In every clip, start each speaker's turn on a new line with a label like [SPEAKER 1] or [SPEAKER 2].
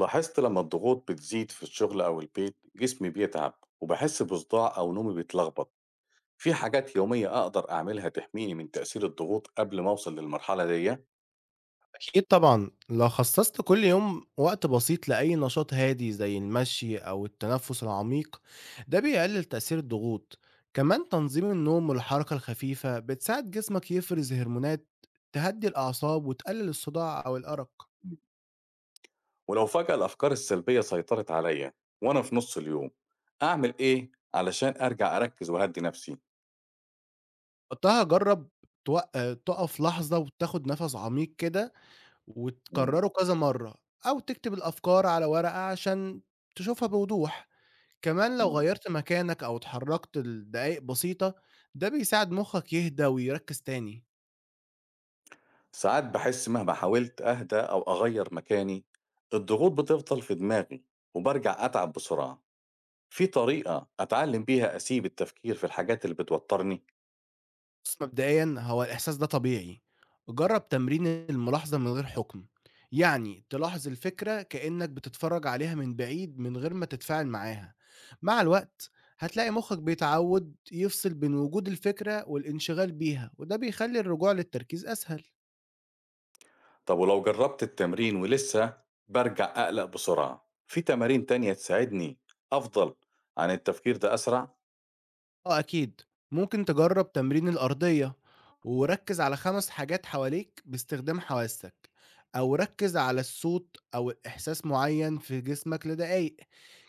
[SPEAKER 1] لاحظت لما الضغوط بتزيد في الشغل أو البيت جسمي بيتعب وبحس بصداع أو نومي بيتلخبط. في حاجات يومية أقدر أعملها تحميني من تأثير الضغوط قبل ما أوصل للمرحلة دي؟
[SPEAKER 2] أكيد طبعًا، لو خصصت كل يوم وقت بسيط لأي نشاط هادي زي المشي أو التنفس العميق، ده بيقلل تأثير الضغوط، كمان تنظيم النوم والحركة الخفيفة بتساعد جسمك يفرز هرمونات تهدي الأعصاب وتقلل الصداع أو الأرق،
[SPEAKER 1] ولو فجأة الأفكار السلبية سيطرت عليا وأنا في نص اليوم أعمل إيه علشان أرجع أركز وأهدي نفسي؟
[SPEAKER 2] وقتها جرب توق آه، تقف لحظة وتاخد نفس عميق كده
[SPEAKER 1] مم.
[SPEAKER 2] وتكرره كذا مرة، أو تكتب الأفكار على ورقة عشان تشوفها بوضوح، كمان لو
[SPEAKER 1] مم.
[SPEAKER 2] غيّرت مكانك أو اتحرّكت لدقايق بسيطة، ده بيساعد مُخّك يهدى ويركّز تاني.
[SPEAKER 1] ساعات بحس مهما حاولت أهدى أو أغير مكاني الضغوط بتفضل في دماغي وبرجع أتعب بسرعة. في طريقة أتعلم بيها أسيب التفكير في الحاجات اللي بتوترني؟
[SPEAKER 2] بُص مبدئيًا هو الإحساس ده طبيعي، جرّب تمرين الملاحظة من غير حُكم، يعني تلاحظ الفكرة كإنّك بتتفرّج عليها من بعيد من غير ما تتفاعل معاها. مع الوقت هتلاقي مُخّك بيتعوّد يفصل بين وجود الفكرة والانشغال بيها وده بيخلّي الرجوع للتركيز أسهل.
[SPEAKER 1] طب ولو جربت التمرين ولسه برجع أقلق بسرعة، في تمارين تانية تساعدني أفضل عن التفكير ده أسرع؟
[SPEAKER 2] آه أكيد، ممكن تجرّب تمرين الأرضية، وركّز على 5 حاجات حواليك باستخدام حواسّك، أو ركّز على الصوت أو إحساس معيّن في جسمك لدقايق،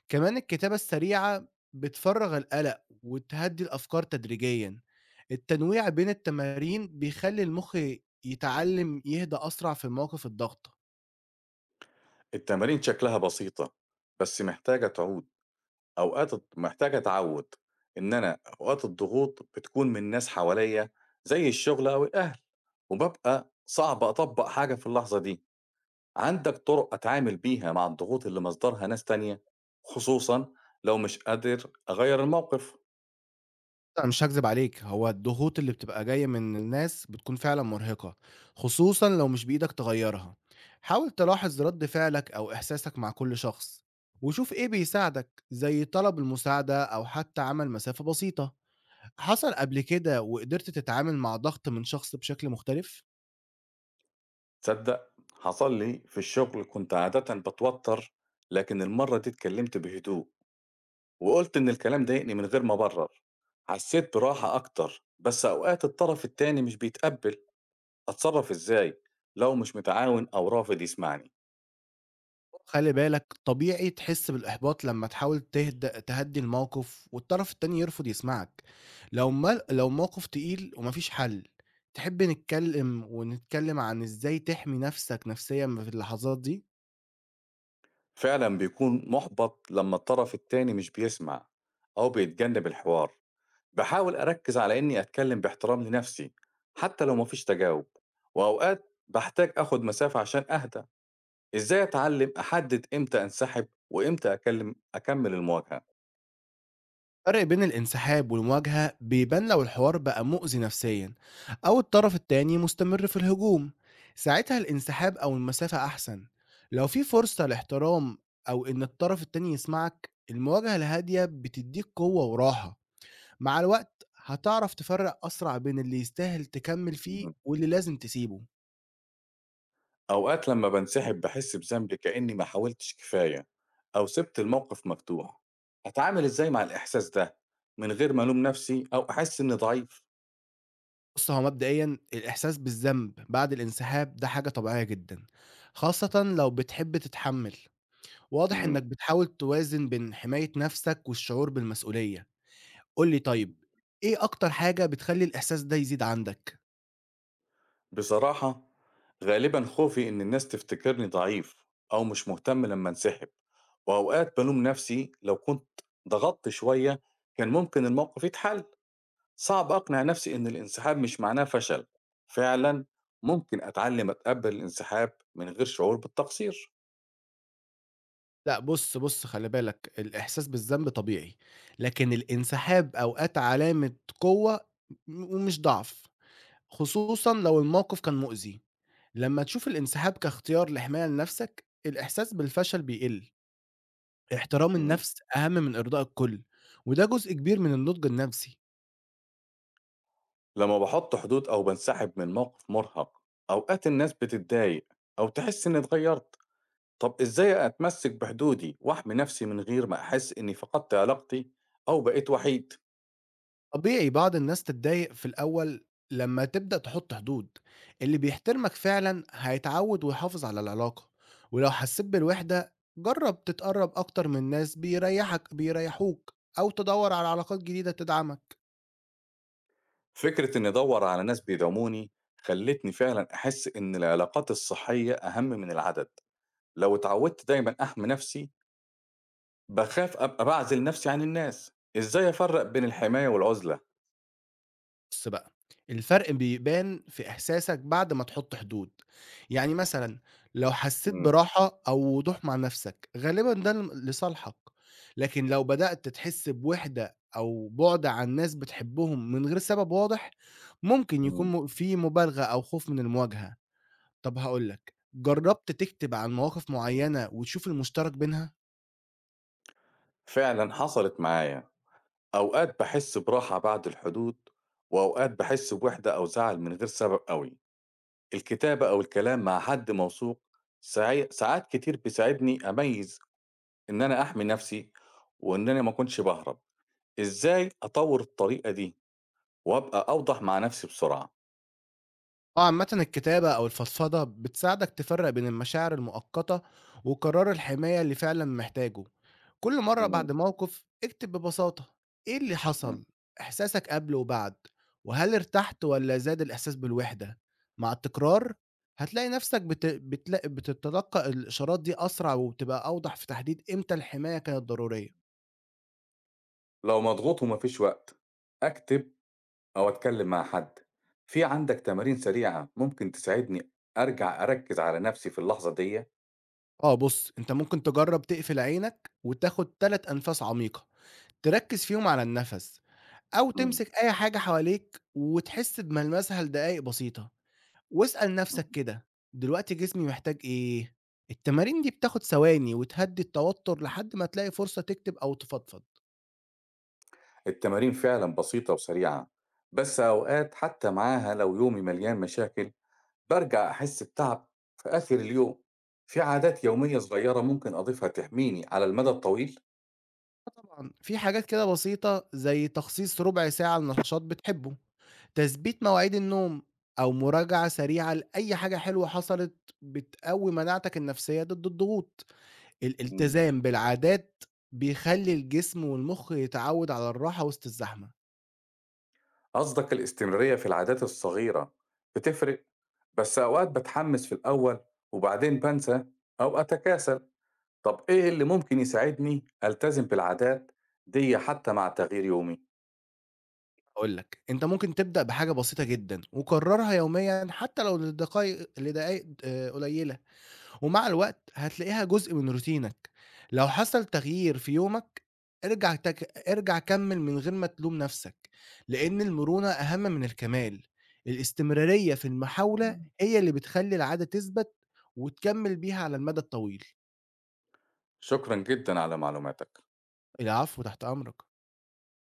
[SPEAKER 2] كمان الكتابة السريعة بتفرّغ القلق وتهدّي الأفكار تدريجيًا، التنويع بين التمارين بيخلّي المخ يتعلّم يهدى أسرع في مواقف الضغط.
[SPEAKER 1] التمارين شكلها بسيطة بس محتاجة تعود. أوقات محتاجة أتعود إن أنا أوقات الضغوط بتكون من ناس حواليا زي الشغل أو الأهل، وببقى صعب أطبق حاجة في اللحظة دي. عندك طرق أتعامل بيها مع الضغوط اللي مصدرها ناس تانية، خصوصا لو مش قادر أغير الموقف؟
[SPEAKER 2] أنا مش هاكذب عليك، هو الضغوط اللي بتبقى جاية من الناس بتكون فعلًا مرهقة، خصوصًا لو مش بإيدك تغيّرها. حاول تلاحظ رَد فعلك أو إحساسك مع كل شخص، وشوف إيه بيساعدك، زي طلب المساعدة أو حتى عمل مسافة بسيطة. حصل قبل كده وقدرت تتعامل مع ضغط من شخص بشكل مختلف؟
[SPEAKER 1] تصدّق حصل لي في الشغل كنت عادةً باتوتّر، لكن المرّة دي اتكلّمت بهدوء وقُلت إن الكلام ضايقني من غير ما أبرّر، حسّيت براحة أكتر، بس أوقات الطرف التاني مش بيتقبّل، أتصرّف إزاي لو مش متعاون أو رافض يسمعني؟
[SPEAKER 2] خلي بالك طبيعي تحس بالإحباط لما تحاول تهدّي الموقف والطرف التاني يرفض يسمعك. لو ما لو الموقف تقيل ومفيش حل، تحب نتكلم عن إزاي تحمي نفسك نفسيًا في اللحظات دي؟
[SPEAKER 1] فعلًا بيكون مُحبَط لمّا الطرف التاني مش بيسمع أو بيتجنّب الحوار، باحاول أركّز على إنّي أتكلّم باحترام لنَفْسي حتّى لو ما فيش تجاوب، وأوقات باحتاج آخُد مسافة عشان أهدى. إزاي أتعلم أحدد إمتى أنسحب وإمتى أكمل المواجهة؟
[SPEAKER 2] الفرق بين الانسحاب والمواجهة بيبان لو الحوار بقى مؤذي نفسيًا أو الطرف التاني مستمر في الهجوم، ساعتها الانسحاب أو المسافة أحسن. لو في فرصة لاحترام أو إن الطرف التاني يسمعك، المواجهة الهادية بتدّيك قوة وراحة. مع الوقت هتعرف تفرّق أسرع بين اللي يستاهل تكمّل فيه
[SPEAKER 1] إمم.
[SPEAKER 2] واللي لازم تسيبه.
[SPEAKER 1] أوقات لمّا بانسحب باحس بذنب كإني ما حاولتش كفاية أو سِبت الموقف مفتوح، أتعامل إزاي مع الإحساس ده من غير ما ألوم نفسي أو أحس إني ضعيف؟
[SPEAKER 2] بُص، هو مبدئيًا الإحساس بالذنب بعد الانسحاب ده حاجة طبيعية جدًا، خاصةً لو بتحب تتحمّل. واضح إنّك
[SPEAKER 1] إمم.
[SPEAKER 2] بتحاول توازن بين حماية نَفْسك والشعور بالمسؤولية. قُل لي طيب،
[SPEAKER 1] إمم.
[SPEAKER 2] إيه أكتر حاجة بتخلّي الإحساس ده يزيد عندك؟
[SPEAKER 1] بصراحة غالبًا خوفي إن الناس تفتكرني ضعيف أو مش مهتم لمّا أنسحب، وأوقات بالوم نفسي لو كنت ضغطت شوية كان ممكن الموقف يتحل. صعب أقنع نفسي إن الانسحاب مش معناه فشل، فعلًا ممكن أتعلم أتقبل الانسحاب من غير شعور بالتقصير.
[SPEAKER 2] لأ بُص خلّي بالك، الإحساس بالذنب طبيعي، لكن الانسحاب أوقات علامة قوة ومش ضعف. خصوصًا لو الموقف كان مؤذي، لمّا تشوف الانسحاب كاختيار لحماية لنفسك، الإحساس بالفشل بيقل. احترام
[SPEAKER 1] إمم.
[SPEAKER 2] النفس أهم من إرضاء الكل، وده جزء كبير من النضج النفسي.
[SPEAKER 1] لما باحط حدود أو بانسحب من موقف مرهق أوقات الناس بتتضايق أو تحس إني اتغيرت، طب إزاي أتمسك بحدودي وأحمي نفسي من غير ما أحس إني فقدت علاقتي أو بقيت وحيد؟
[SPEAKER 2] طبيعي بعض الناس تتضايق في الأول لمّا تبدأ تحط حدود، اللي بيحترمك فعلًا هيتعود ويحافظ على العلاقة، ولو حسيت بالوحدة جرب تتقرب أكتر من ناس بيريحوك أو تدوّر على علاقات جديدة تدعمك.
[SPEAKER 1] فكرة إني أدور على ناس بيدعموني خلتني فعلًا أحس إن العلاقات الصحية أهم من العدد. لو اتعودت دايمًا أحمي نفسي باخاف أبقى باعزل نفسي عن الناس، إزاي أفرّق بين الحماية والعُزلة؟
[SPEAKER 2] بُص بقى، الفرق بيبان في إحساسك بعد ما تحُط حدود، يعني مثلًا لو حسّيت
[SPEAKER 1] إمم.
[SPEAKER 2] براحة أو وضوح مع نَفْسك غالبًا ده لصالحك، لكن لو بدأت تحس بوِحدة أو بُعد عن ناس بتحبهم من غير سبب واضح، ممكن يكون
[SPEAKER 1] إمم.
[SPEAKER 2] في مبالغة أو خوف من المواجهة. طَب هاقول لك، جرّبت تكتب عن مواقف معيّنة وتشوف المشترك بينها؟
[SPEAKER 1] فعلًا حصلت معايا، أوقات باحس براحة بعد الحدود، وأوقات باحس بوحدة أو زعل من غير سبب أوي. الكتابة أو الكلام مع حد موثوق ساعات كتير بيساعدني أميّز إن أنا أحمي نفسي، وإن أنا ما أكونش باهرب. إزاي أطوّر الطريقة دي وأبقى أوضح مع نفسي بسرعة؟
[SPEAKER 2] آه، عامةً الكتابة أو الفضفضة بتساعدك تفرّق بين المشاعر المؤقتة وقرار الحماية اللي فعلًا محتاجه، كل مرّة
[SPEAKER 1] إمم.
[SPEAKER 2] بعد موقف اكتب ببساطة إيه اللي
[SPEAKER 1] إمم.
[SPEAKER 2] حصل، إحساسك قبل وبعد، وهل ارتحت والّا زاد الإحساس بالوحدة، مع التكرار هتلاقي نفسك بت بتلا بتتلقّى الإشارات دي أسرع وبتبقى أوضح في تحديد إمتى الحماية كانت ضرورية.
[SPEAKER 1] لو مضغوط وما فيش وقت، أكتب أو أتكلم مع حد. في عندك تمارين سريعة ممكن تساعدني أرجع أركّز على نَفْسي في اللحظة ديّة؟
[SPEAKER 2] آه، بُص أنت ممكن تجرّب تقفل عينك وتاخد 3 أنفاس عميقة، تركّز فيهم على النفس أو
[SPEAKER 1] إمم.
[SPEAKER 2] تمسك أي حاجة حواليك وتحس بملمسها لدقايق بسيطة، واسأل
[SPEAKER 1] إمم.
[SPEAKER 2] نفسك كده دلوقتي جسمي محتاج إيه؟ التمارين دي بتاخد ثواني وتهدي التوتر لحد ما تلاقي فرصة تكتب أو تفضفض.
[SPEAKER 1] التمارين فعلًا بسيطة وسريعة، بس أوقات حتى معاها لو يومي مليان مشاكل، بارجع أحس بتعب في آخر اليوم. في عادات يومية صغيرة ممكن أضيفها تحميني على المدى الطويل؟
[SPEAKER 2] طبعًا في حاجات كده بسيطة زي تخصيص ربع ساعة لنشاط بتحبه، تثبيت مواعيد النوم أو مراجعة سريعة لأي حاجة حلوة حصلت بتقوي مناعتك النفسية ضد الضغوط.
[SPEAKER 1] إمم.
[SPEAKER 2] الالتزام بالعادات بيخلي الجسم والمخ يتعود على الراحة وسط الزحمة.
[SPEAKER 1] قصدك الاستمرارية في العادات الصغيرة بتفرق؟ بس أوقات باتحمس في الأول وبعدين بانسى أو أتكاسل. طب إيه اللي ممكن يساعدني ألتزم بالعادات دي حتى مع تغيير يومي؟
[SPEAKER 2] هاقول لك، أنت ممكن تبدأ بحاجة بسيطة جدًا وكررها يوميًا حتى لو لدقايق قليلة، ومع الوقت هتلاقيها جزء من روتينك. لو حصل تغيير في يومك ارجع تك ارجع كمّل من غير ما تلوم نفسك، لإن المرونة أهم من الكمال. الاستمرارية في المحاولة
[SPEAKER 1] إمم.
[SPEAKER 2] هي اللي بتخلّي العادة تثبت وتكمّل بيها على المدى الطويل.
[SPEAKER 1] شكرًا جدًا على معلوماتك.
[SPEAKER 2] العفو، تحت أمرك.